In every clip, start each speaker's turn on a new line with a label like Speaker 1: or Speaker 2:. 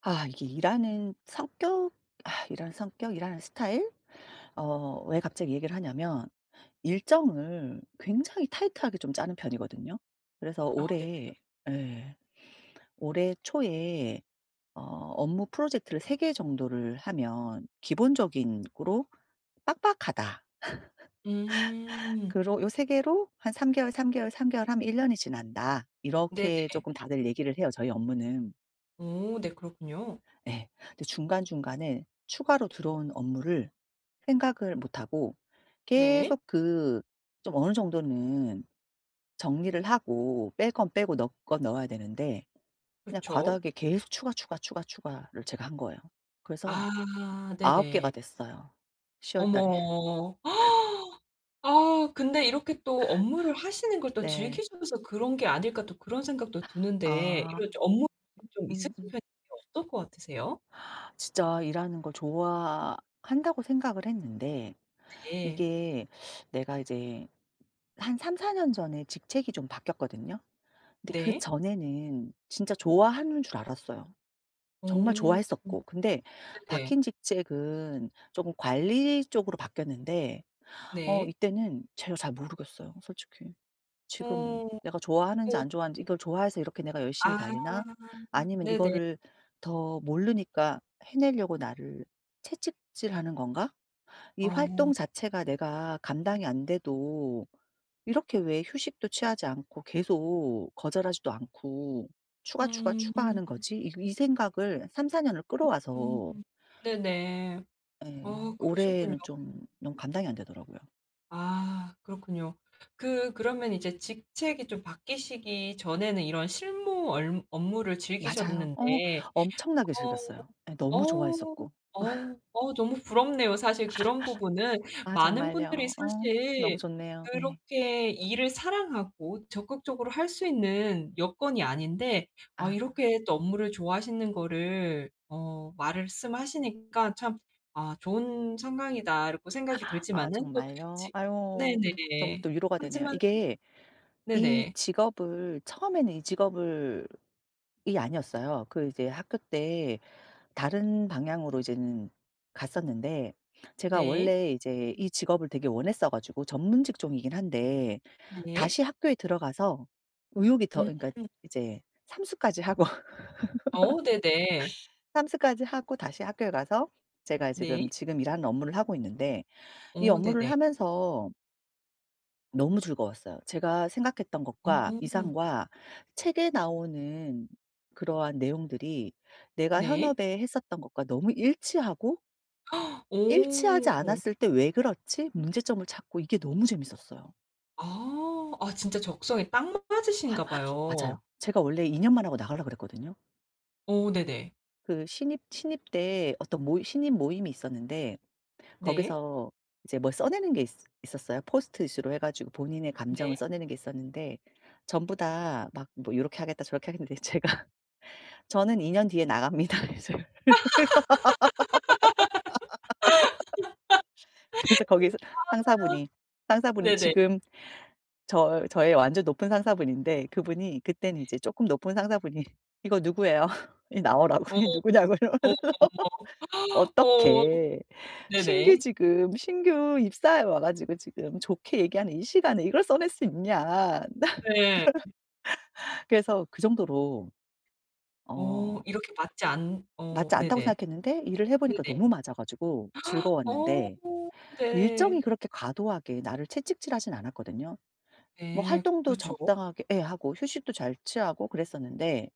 Speaker 1: 아 이게 일하는 성격 아 일하는 성격, 일하는 스타일? 왜 갑자기 얘기를 하냐면 일정을 굉장히 타이트하게 좀 짜는 편이거든요. 그래서
Speaker 2: 어 네
Speaker 1: 올해. 예. 올해 초에 어 업무 프로젝트를 3개 정도를 하면 '기본적인 으로 빡빡하다.'
Speaker 2: 음.
Speaker 1: 그고요, 세 개로 한 3 개월, 3 개월, 3 개월 하면 1 년이 지난다.
Speaker 2: 네네.
Speaker 1: 이렇게 조금 다들 얘기를 해요, 저희 업무는.
Speaker 2: 오 네 그렇군요.
Speaker 1: 예. 근데 중간중간에 추가로 들어온 업무를 생각을 못 하고
Speaker 2: 네.
Speaker 1: 계속 좀 어느 정도는 정리를 하고 뺄 건 빼고 넣을 건 넣어야 되는데 그냥
Speaker 2: 그쵸.
Speaker 1: 과도하게 계속 추가, 추가, 추가, 추가를 제가 한 거예요. 그래서
Speaker 2: 아
Speaker 1: 9 개가
Speaker 2: 네네.
Speaker 1: 됐어요, 10월 달에.
Speaker 2: 어머. 아 근데 이렇게 또 업무를 하시는 걸 또
Speaker 1: 네.
Speaker 2: 즐기셔서 그런 게 아닐까 또 그런 생각도 드는데
Speaker 1: 아.
Speaker 2: 이런 좀 업무 욕심이 좀 있으신
Speaker 1: 음음.
Speaker 2: 편이세요? 어떨 것 같으세요?
Speaker 1: 진짜 일하는 걸 좋아한다고 생각을 했는데
Speaker 2: 네.
Speaker 1: 이게 내가 이제 한 3-4년 전에 직책이 좀 바뀌었거든요. 근데
Speaker 2: 네.
Speaker 1: 그전에는 진짜 좋아하는 줄 알았어요. 정말
Speaker 2: 오
Speaker 1: 좋아했었고, 근데
Speaker 2: 네네.
Speaker 1: 박힌 직책은 조금 관리 쪽으로 바뀌었는데,
Speaker 2: 네.
Speaker 1: 이때는 제가 잘 모르겠어요, 솔직히. 지금은
Speaker 2: 어.
Speaker 1: 내가 좋아하는지 안
Speaker 2: 어
Speaker 1: 좋아하는지, 이걸 좋아해서 이렇게 내가 열심히
Speaker 2: 아
Speaker 1: 달리나, 아니면
Speaker 2: 네네.
Speaker 1: 이거를 더 모르니까 해내려고 나를 채찍질하는 건가? 이 활동
Speaker 2: 어.
Speaker 1: 자체가 내가 감당이 안 돼도 이렇게 왜 휴식도 취하지 않고 계속 거절하지도 않고 추가, 추가, 추가하는
Speaker 2: 음.
Speaker 1: 거지? 이 생각을 3-4 년을
Speaker 2: 음.
Speaker 1: 끌어와서,
Speaker 2: 네네. 아
Speaker 1: 예,
Speaker 2: 그러셨군요.
Speaker 1: 올해는 좀 너무 감당이 안 되더라고요.
Speaker 2: 아 그렇군요. 그 그러면 이제 직책이 좀 바뀌시기 전에는 이런 실무 얼 업무를
Speaker 1: 맞아요.
Speaker 2: 즐기셨는데
Speaker 1: 엄청나게
Speaker 2: 어
Speaker 1: 즐겼어요. 예, 너무
Speaker 2: 어.
Speaker 1: 좋아했었고.
Speaker 2: 어. 어 너무 부럽네요. 사실 그런 부분은
Speaker 1: 아
Speaker 2: 많은 분들이
Speaker 1: 정말요? 너무
Speaker 2: 사실
Speaker 1: 좋네요. 네.
Speaker 2: 그렇게 일을 사랑하고 적극적으로 할 수 있는 여건이 아닌데 아
Speaker 1: 아.
Speaker 2: 이렇게 또 업무를 좋아하시는 거를 어 말씀하시니까 참 '아 좋은 상황이다.' 라고 생각이
Speaker 1: 아
Speaker 2: 들지만은 또
Speaker 1: 정말요?
Speaker 2: 지
Speaker 1: 아유. 너무
Speaker 2: 네네.
Speaker 1: 또 위로가 되네요.
Speaker 2: 하지만은
Speaker 1: 이게 이
Speaker 2: 네네.
Speaker 1: 직업을 처음에는, 이 직업을 이 아니었어요. 그 이제 학교 때 다른 방향으로 이제는 갔었는데, 제가
Speaker 2: 네.
Speaker 1: 원래 이제 이 직업을 되게 원했어 가지고. 전문 직종이긴 한데
Speaker 2: 네.
Speaker 1: 다시 학교에 들어가서 의욕이 더,
Speaker 2: 음.
Speaker 1: 그러니까 이제 삼수까지 하고
Speaker 2: 어 네네.
Speaker 1: 삼수까지 하고 다시 학교에 가서 제가
Speaker 2: 네.
Speaker 1: 지금 일하는 업무를 하고 있는데, 이
Speaker 2: 어
Speaker 1: 업무를
Speaker 2: 네네.
Speaker 1: 하면서 너무 즐거웠어요. 제가 생각했던 것과
Speaker 2: 음.
Speaker 1: 이상과 책에 나오는 그러한 내용들이 내가
Speaker 2: 네.
Speaker 1: 현업에 했었던 것과 너무 일치하고,
Speaker 2: 오.
Speaker 1: 일치하지 않았을 때 '왜 그렇지?' 문제점을 찾고, 이게 너무 재밌었어요.
Speaker 2: 아. 아 진짜 적성에 딱
Speaker 1: 아,
Speaker 2: 맞으신가 봐요.
Speaker 1: 맞아요. 제가 원래 2 년만 하고 나가려고 그랬거든요.
Speaker 2: 어 네네.
Speaker 1: 그 신입 때 어떤 모 신입 모임이 있었는데,
Speaker 2: 네.
Speaker 1: 거기서 이제 뭘 써내는 게 있 있었어요. 포스트잇으로 해 가지고 본인의 감정을
Speaker 2: 네.
Speaker 1: 써내는 게 있었는데, 전부 다 막 뭐 이렇게 하겠다, 저렇게 하겠는데 제가, 저는 2년 뒤에 나갑니다. 그래서. 거기서 상사분이 상사분이
Speaker 2: 네네.
Speaker 1: 지금, 저의 완전 높은 상사분인데, 그분이 그때는 이제 쪼끔 높은 상사분이 "이거 누구예요? 이 나오라고.
Speaker 2: 어
Speaker 1: 이 누구냐."고. 이러면
Speaker 2: 어. 어
Speaker 1: 어떻게 신규
Speaker 2: 네네.
Speaker 1: 지금 신규 입사해 와 가지고 지금 좋게 얘기하는 이 시간에 이걸 써낼 수 있냐.
Speaker 2: 네.
Speaker 1: 그래서 그 정도로. 어
Speaker 2: 어 이렇게 맞지 않 어
Speaker 1: 맞지 않다고
Speaker 2: 네네.
Speaker 1: 생각했는데 일을 해 보니까
Speaker 2: 네네.
Speaker 1: 너무 맞아 가지고
Speaker 2: 어
Speaker 1: 즐거웠는데,
Speaker 2: 네.
Speaker 1: 일정이 그렇게 과도하게 나를 채찍질하진 않았거든요. 뭐
Speaker 2: 네.
Speaker 1: 활동도
Speaker 2: 그렇죠.
Speaker 1: 적당하게, 예, 하고 휴식도 잘 취하고 그랬었는데,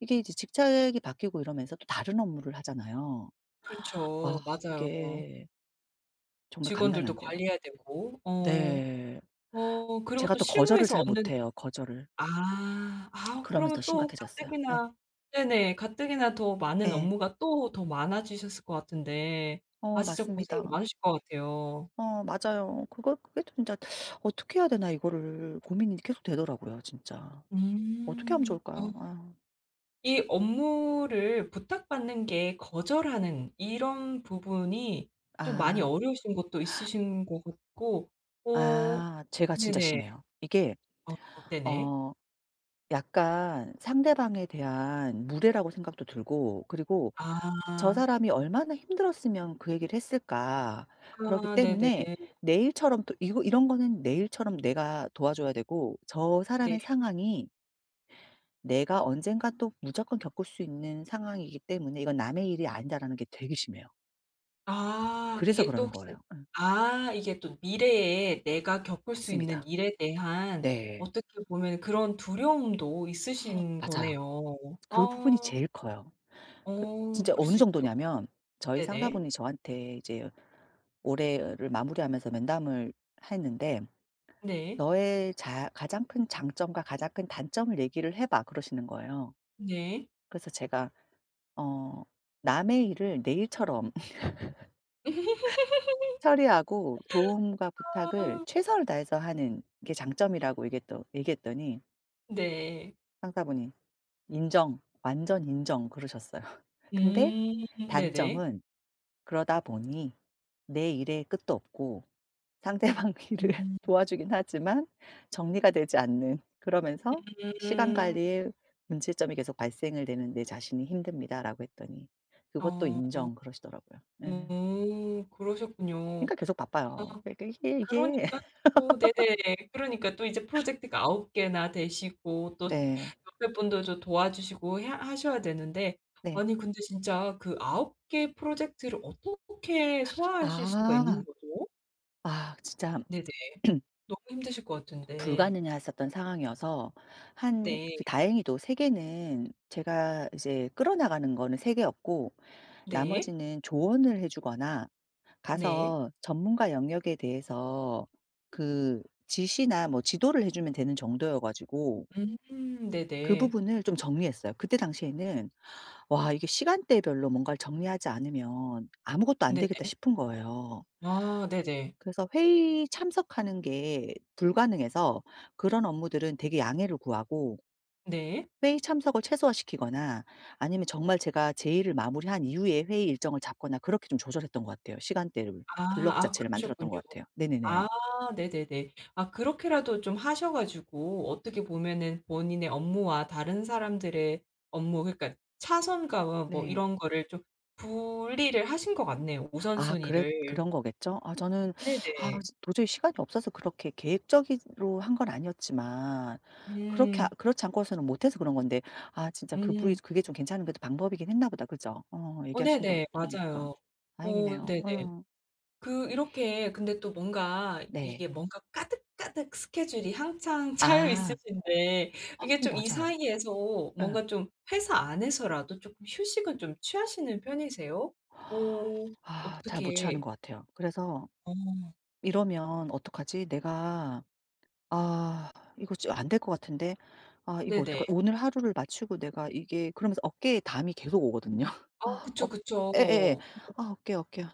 Speaker 1: 이게 이제 직책이 바뀌고 이러면서 또 다른 업무를 하잖아요. 아,
Speaker 2: 그렇죠. 맞아요.
Speaker 1: 이게 정말 감당이
Speaker 2: 직원들도
Speaker 1: 안 돼요.
Speaker 2: 관리해야 되고. 어.
Speaker 1: 네.
Speaker 2: 어 그리고
Speaker 1: 제가
Speaker 2: 또
Speaker 1: 또 거절을
Speaker 2: 실무에서
Speaker 1: 잘
Speaker 2: 얻는
Speaker 1: 못해요, 거절을.
Speaker 2: 아. 아
Speaker 1: 그러면서 더
Speaker 2: 그러면 또
Speaker 1: 심각해졌어요. 네.
Speaker 2: 가뜩이나 네네. 가뜩이나 더 많은
Speaker 1: 예.
Speaker 2: 업무가 또 더 많아지셨을 것 같은데 아 진짜 고생이
Speaker 1: 맞습니다.
Speaker 2: 많으실 것 같아요.
Speaker 1: 맞아요. 그거 그게 또 진짜 '어떻게 해야 되나, 이거를.' 고민이 계속 되더라고요, 진짜. 어떻게 하면
Speaker 2: 음. 아
Speaker 1: 좋을까요? 아유.
Speaker 2: 이 업무를 부탁받는 게 거절하는 이런 부분이 좀 많이
Speaker 1: 아.
Speaker 2: 어려우신 것도 있으신 것 같고 어
Speaker 1: 아, 제가 진짜
Speaker 2: 네네.
Speaker 1: 심해요. 이게.
Speaker 2: 어 네네.
Speaker 1: 어 약간 상대방에 대한 무례라고 생각도 들고, 그리고 '저
Speaker 2: 아.
Speaker 1: 사람이 얼마나 힘들었으면 그 얘기를 했을까.' 그렇기
Speaker 2: 아 네네.
Speaker 1: 때문에 내 일처럼 또, 이거 이런 거는 내 일처럼 내가 도와줘야 되고, 저
Speaker 2: 네.
Speaker 1: 사람의 상황이 내가 언젠가 또 무조건 겪을 수 있는 상황이기 때문에 이건 남의 일이 아니다라는 게 되게 심해요.
Speaker 2: 아
Speaker 1: 그래서
Speaker 2: 이게 또
Speaker 1: 그러는
Speaker 2: 혹시
Speaker 1: 거예요. 예,
Speaker 2: 아 이게 또 미래에 내가 겪을 수 있는
Speaker 1: 맞습니다.
Speaker 2: 일에 대한
Speaker 1: 네.
Speaker 2: 어떻게 보면 그런 두려움도 있으신
Speaker 1: 맞아요.
Speaker 2: 거네요.
Speaker 1: 그 부분이
Speaker 2: 아
Speaker 1: 제일 커요.
Speaker 2: 어
Speaker 1: 그 진짜
Speaker 2: 그럴
Speaker 1: 어느
Speaker 2: 수 있죠.
Speaker 1: 정도냐면, 저희
Speaker 2: 네네.
Speaker 1: 상사분이 저한테 이제 올해를 마무리하면서 면담을 했는데,
Speaker 2: 네.
Speaker 1: "너의 자 가장 큰 장점과 가장 큰 단점을 얘기를 해 봐." 그러시는 거예요.
Speaker 2: 네.
Speaker 1: 그래서 제가, 어 남의 일을 내 일처럼 처리하고 도움과 부탁을
Speaker 2: 아
Speaker 1: 최선을 다해서 하는 게 장점이라고 얘기했더니
Speaker 2: 네.
Speaker 1: 상사분이 "인정. 완전 인정." 그러셨어요. 근데
Speaker 2: 음 네네.
Speaker 1: 단점은, 그러다 보니 내 일에 끝도 없고 상대방 일을
Speaker 2: 음.
Speaker 1: 도와주긴 하지만 정리가 되지 않는, 그러면서 시간 관리에 문제점이 계속 발생을 되는 내 자신이 힘듭니다라고 했더니, 그것도
Speaker 2: 어.
Speaker 1: 인정, 그러시더라고요. 예.
Speaker 2: 오 그러셨군요.
Speaker 1: 그러니까 계속 바빠요. 그러니까 이게
Speaker 2: 그러니까 또 네네. 그러니까 또 이제 프로젝트가 아홉 개나 되시고 또
Speaker 1: 네.
Speaker 2: 옆에 분도 좀 도와주시고 해야 하셔야 되는데
Speaker 1: 네.
Speaker 2: 아니 근데 진짜 그 아홉 개 프로젝트를 어떻게 소화하실 수가
Speaker 1: 아.
Speaker 2: 있는 거죠?
Speaker 1: 아, 진짜
Speaker 2: 네네. 너무 힘드실 것 같은데.
Speaker 1: 불가능했었던 상황이어서, 한
Speaker 2: 네.
Speaker 1: 그 다행히도 3 개는 제가 이제 끌어나가는 거는 3 개였고,
Speaker 2: 네.
Speaker 1: 나머지는 조언을 해 주거나
Speaker 2: 네.
Speaker 1: 가서 전문가 영역에 대해서 그 지시나 뭐 지도를 해 주면 되는 정도여 가지고
Speaker 2: 음
Speaker 1: 그
Speaker 2: 네네.
Speaker 1: 부분을 좀 정리했어요. 그때 당시에는 '와, 이게 시간대별로 뭔가를 정리하지 않으면 아무것도 안
Speaker 2: 네네.
Speaker 1: 되겠다.' 싶은 거예요.
Speaker 2: 아 네네.
Speaker 1: 그래서 회의 참석하는 게 불가능해서 그런 업무들은 되게 양해를 구하고
Speaker 2: 네.
Speaker 1: 회의 참석을 최소화시키거나, 아니면 정말 제가 제 일을 마무리한 이후에 회의 일정을 잡거나 그렇게 좀 조절했던 것 같아요. 시간대를,
Speaker 2: 아
Speaker 1: 블록
Speaker 2: 아
Speaker 1: 자체를 만들었던
Speaker 2: 그러셨군요.
Speaker 1: 것 같아요. 네네네.
Speaker 2: 아 네네네. 아 그렇게라도 좀 하셔 가지고 어떻게 보면은 본인의 업무와 다른 사람들의 업무 그러니까 차선과 뭐
Speaker 1: 네.
Speaker 2: 이런 거를 좀 분리를 하신 것 같네요,
Speaker 1: 아, 그랬
Speaker 2: 우선순위를.
Speaker 1: 그런 거겠죠? 아, 저는, 아,
Speaker 2: 네네.
Speaker 1: 도저히 시간이 없어서 그렇게 계획적으로 한 건 아니었지만 그렇게,
Speaker 2: 음.
Speaker 1: 그렇지 않고서는 못 해서 그런 건데, 아, 진짜 그 부위
Speaker 2: 음.
Speaker 1: 그게 좀 괜찮은, 그래도 방법이긴 했나 보다. 그죠?
Speaker 2: 어
Speaker 1: 얘기하신 거
Speaker 2: 네네.
Speaker 1: 들으니까.
Speaker 2: 맞아요. 어
Speaker 1: 다행이네요.
Speaker 2: 네네.
Speaker 1: 음.
Speaker 2: 그 이렇게 근데 또 뭔가
Speaker 1: 네.
Speaker 2: 이게 뭔가 까득까득 스케줄이 한창 차여
Speaker 1: 아.
Speaker 2: 있으신데 이게 좀 이
Speaker 1: 맞아요.
Speaker 2: 사이에서
Speaker 1: 예.
Speaker 2: 뭔가 좀 회사 안에서라도 쪼끔 휴식은 좀 취하시는 편이세요? 어
Speaker 1: 아, 잘 못 취하는
Speaker 2: 어떻게
Speaker 1: 것 같아요. 그래서
Speaker 2: 어
Speaker 1: '이러면 어떡하지, 내가? 아, 이거 안 될 것 같은데. 아, 이거
Speaker 2: 네네.
Speaker 1: 어떡하 오늘 하루를 마치고 내가 이게.' 그러면서 어깨에 담이 계속 오거든요.
Speaker 2: 아
Speaker 1: 아.
Speaker 2: 그쵸,
Speaker 1: 예예예.
Speaker 2: 그쵸.
Speaker 1: 아, 어깨, 어깨.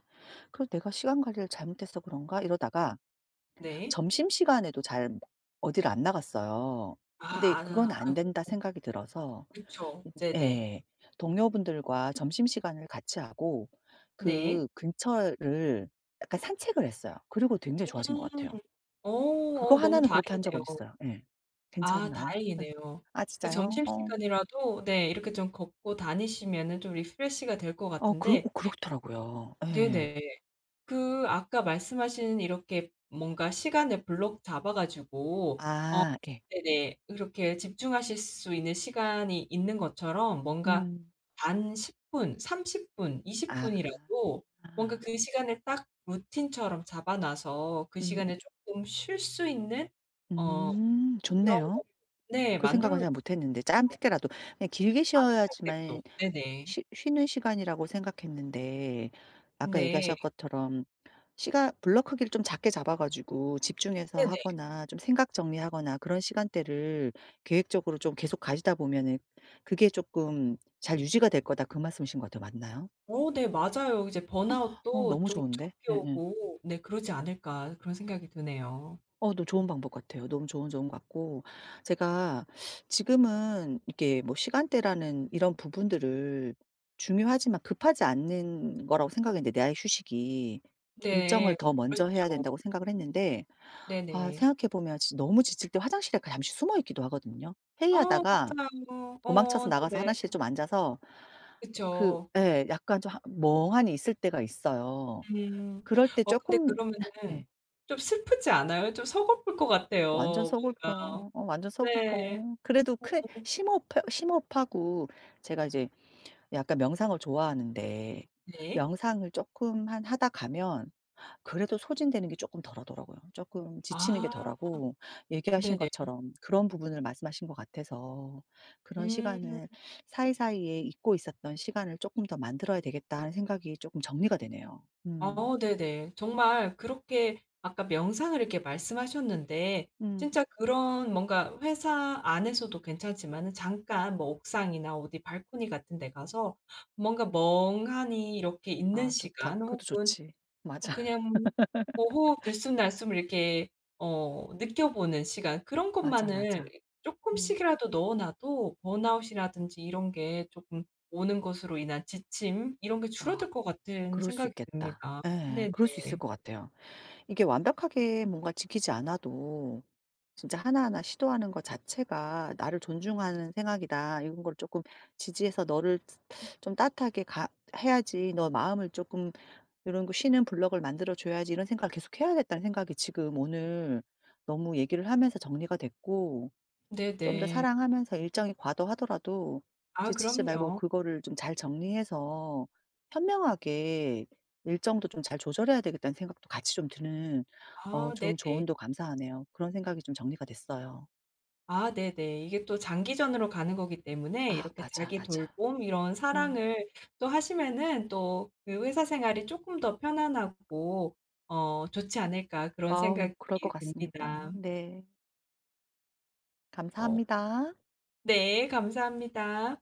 Speaker 1: 그래서 '내가 시간 관리를 잘못해서 그런가?' 이러다가
Speaker 2: 네.
Speaker 1: 점심시간에도 잘 어디를 안 나갔어요.
Speaker 2: 아
Speaker 1: 근데
Speaker 2: 아
Speaker 1: 그건 '안
Speaker 2: 아,
Speaker 1: 된다.'
Speaker 2: 아이고
Speaker 1: 생각이 들어서
Speaker 2: 그쵸.
Speaker 1: 이제,
Speaker 2: 네네.
Speaker 1: 예, 동료분들과 점심시간을 같이 하고
Speaker 2: 네.
Speaker 1: 그 근처를 약간 산책을 했어요. 그리고 굉장히 좋아진 것
Speaker 2: 음.
Speaker 1: 같아요.
Speaker 2: 어
Speaker 1: 그거
Speaker 2: 어 너무
Speaker 1: 하나는 그렇게 한 적은
Speaker 2: 다행이네요.
Speaker 1: 있어요. 예.
Speaker 2: 아
Speaker 1: 괜찮나요? 예.
Speaker 2: 다행이네요.
Speaker 1: 아,
Speaker 2: 그
Speaker 1: 진짜요? 어.
Speaker 2: 점심시간이라도 네 이렇게 좀 걷고 다니시면은 좀 리프레시가 될 것 같은데
Speaker 1: 그렇더라고요. 예.
Speaker 2: 네네. 그 아까 말씀하신 이렇게 뭔가 시간을 블록 잡아 가지고 어
Speaker 1: 아, 예.
Speaker 2: 네네 그렇게 집중하실 수 있는 시간이 있는 것처럼 뭔가
Speaker 1: 음.
Speaker 2: 단 10 분, 30 분, 20
Speaker 1: 아.
Speaker 2: 분이라도 뭔가 그 시간을 딱 루틴처럼 잡아 놔서 그
Speaker 1: 음
Speaker 2: 시간에 쪼끔 쉴 수 있는 어 그런
Speaker 1: 좋네요.
Speaker 2: 거를 네
Speaker 1: 그 생각은
Speaker 2: 만들어
Speaker 1: 잘 못했는데, 짧게라도. 그냥 길게
Speaker 2: 마술사택도.
Speaker 1: 쉬어야지만
Speaker 2: 네네.
Speaker 1: 쉬 쉬는 시간이라고 생각했는데, 아까
Speaker 2: 네.
Speaker 1: 얘기하셨 것처럼 시간 블럭 크기를 좀 작게 잡아 가지고 집중해서
Speaker 2: 네네.
Speaker 1: 하거나 좀 생각 정리하거나, 그런 시간대를 계획적으로 좀 계속 가지다 보면은 그게 조금 잘 유지가 될 거다, 그 말씀이신 것 같아요. 맞나요?
Speaker 2: 어 네 맞아요. 이제 번아웃도
Speaker 1: 너무
Speaker 2: 좀
Speaker 1: 좋은데?
Speaker 2: 적게
Speaker 1: 예, 예.
Speaker 2: 오고 네 그러지 않을까 그런 생각이 드네요.
Speaker 1: 너 좋은 방법 같아요. 너무 좋은 것 같고. 제가 지금은 이게 뭐 시간대라는 이런 부분들을 중요하지만 급하지 않는 거라고 생각했는데, 내 아이 휴식이 일정을
Speaker 2: 네.
Speaker 1: 더 먼저 해야
Speaker 2: 그렇죠.
Speaker 1: 된다고 생각을 했는데, 아,
Speaker 2: 네네.
Speaker 1: 생각해 보면 지 너무 지칠 때 화장실에 가 잠시 숨어 있기도 하거든요.
Speaker 2: 아
Speaker 1: 회의하다가
Speaker 2: 맞아요.
Speaker 1: 도망쳐서
Speaker 2: 어
Speaker 1: 나가서
Speaker 2: 네네.
Speaker 1: 화장실에 좀 앉아서 그,
Speaker 2: 그쵸.
Speaker 1: 예, 약간 좀 하 멍하니 있을 때가 있어요.
Speaker 2: 음.
Speaker 1: 그럴 때
Speaker 2: 어 근데
Speaker 1: 조금,
Speaker 2: 그러면은
Speaker 1: 예.
Speaker 2: 좀 슬프지 않아요? 좀 서글플 것
Speaker 1: 완전
Speaker 2: 같아요. 뭔가
Speaker 1: 서글퍼요. 완전
Speaker 2: 네.
Speaker 1: 서글퍼. 그래도 크 심호흡하고 제가 이제 약간 명상을 좋아하는데,
Speaker 2: 네.
Speaker 1: 명상을 조금 한 하다 가면 그래도 소진되는 게 조금 덜하더라고요. 조금 지치는 게
Speaker 2: 아
Speaker 1: 덜하고. 얘기하신
Speaker 2: 네네.
Speaker 1: 것처럼 그런 부분을 말씀하신 것 같아서, 그런
Speaker 2: 음.
Speaker 1: 시간을, 사이사이에 잊고 있었던 시간을 조금 더 만들어야 되겠다 하는 생각이 조금 정리가 되네요. 음.
Speaker 2: 어 네네. 정말 그렇게 아까 명상을 이렇게 말씀하셨는데
Speaker 1: 음.
Speaker 2: 진짜 그런 뭔가 회사 안에서도 괜찮지만은 잠깐 뭐 옥상이나 어디 발코니 같은 데 가서 뭔가 멍하니 이렇게 있는
Speaker 1: 아, 좋다.
Speaker 2: 시간
Speaker 1: 그것도
Speaker 2: 혹은
Speaker 1: 좋지.
Speaker 2: 어
Speaker 1: 맞아.
Speaker 2: 그냥 뭐 호흡 들숨날숨을 이렇게 어 느껴보는 시간 그런
Speaker 1: 맞아,
Speaker 2: 것만을
Speaker 1: 맞아. 음.
Speaker 2: 쪼끔씩이라도 넣어 놔도 번아웃이라든지 이런 게 쪼끔 오는 것으로 인한 지침 이런 게
Speaker 1: 아.
Speaker 2: 줄어들 것 같은
Speaker 1: 그럴 수
Speaker 2: 생각이
Speaker 1: 있겠다.
Speaker 2: 듭니다.
Speaker 1: 예.
Speaker 2: 네네.
Speaker 1: 그럴 수 있을 것 같아요. 이게 완벽하게 뭔가 지키지 않아도 진짜 하나하나 시도하는 것 자체가 '나를 존중하는 생각이다.' 이런 걸 조금 지지해서 너를 좀 따뜻하게 가 해야지. '너 마음을 조금 이런 거 쉬는 블럭을 만들어 줘야지.' 이런 생각을 계속 해야겠다는 생각이 지금 오늘 너무 얘기를 하면서 정리가 됐고, 좀 더
Speaker 2: 네네.
Speaker 1: 사랑하면서 일정이 과도하더라도
Speaker 2: 아
Speaker 1: 지치지 말고
Speaker 2: 그럼요.
Speaker 1: 그거를 좀 잘 정리해서 현명하게 일정도 좀 잘 조절해야 되겠다는 생각도 같이 좀 드는,
Speaker 2: 아
Speaker 1: 좀
Speaker 2: 네네.
Speaker 1: 조언도 감사하네요. 그런 생각이 좀 정리가 됐어요.
Speaker 2: 아 네네. 이게 또 장기전으로 가는 거기 때문에
Speaker 1: 아,
Speaker 2: 이렇게
Speaker 1: 맞아,
Speaker 2: 자기
Speaker 1: 맞아.
Speaker 2: 돌봄 이런
Speaker 1: 음.
Speaker 2: 사랑을 또 하시면은 또 그 회사 생활이 쪼끔 더 편안하고 어 좋지 않을까 그런
Speaker 1: 아우
Speaker 2: 생각이
Speaker 1: 그럴 것 같습니다.
Speaker 2: 듭니다.
Speaker 1: 네.
Speaker 2: 어
Speaker 1: 감사합니다.
Speaker 2: 네 감사합니다.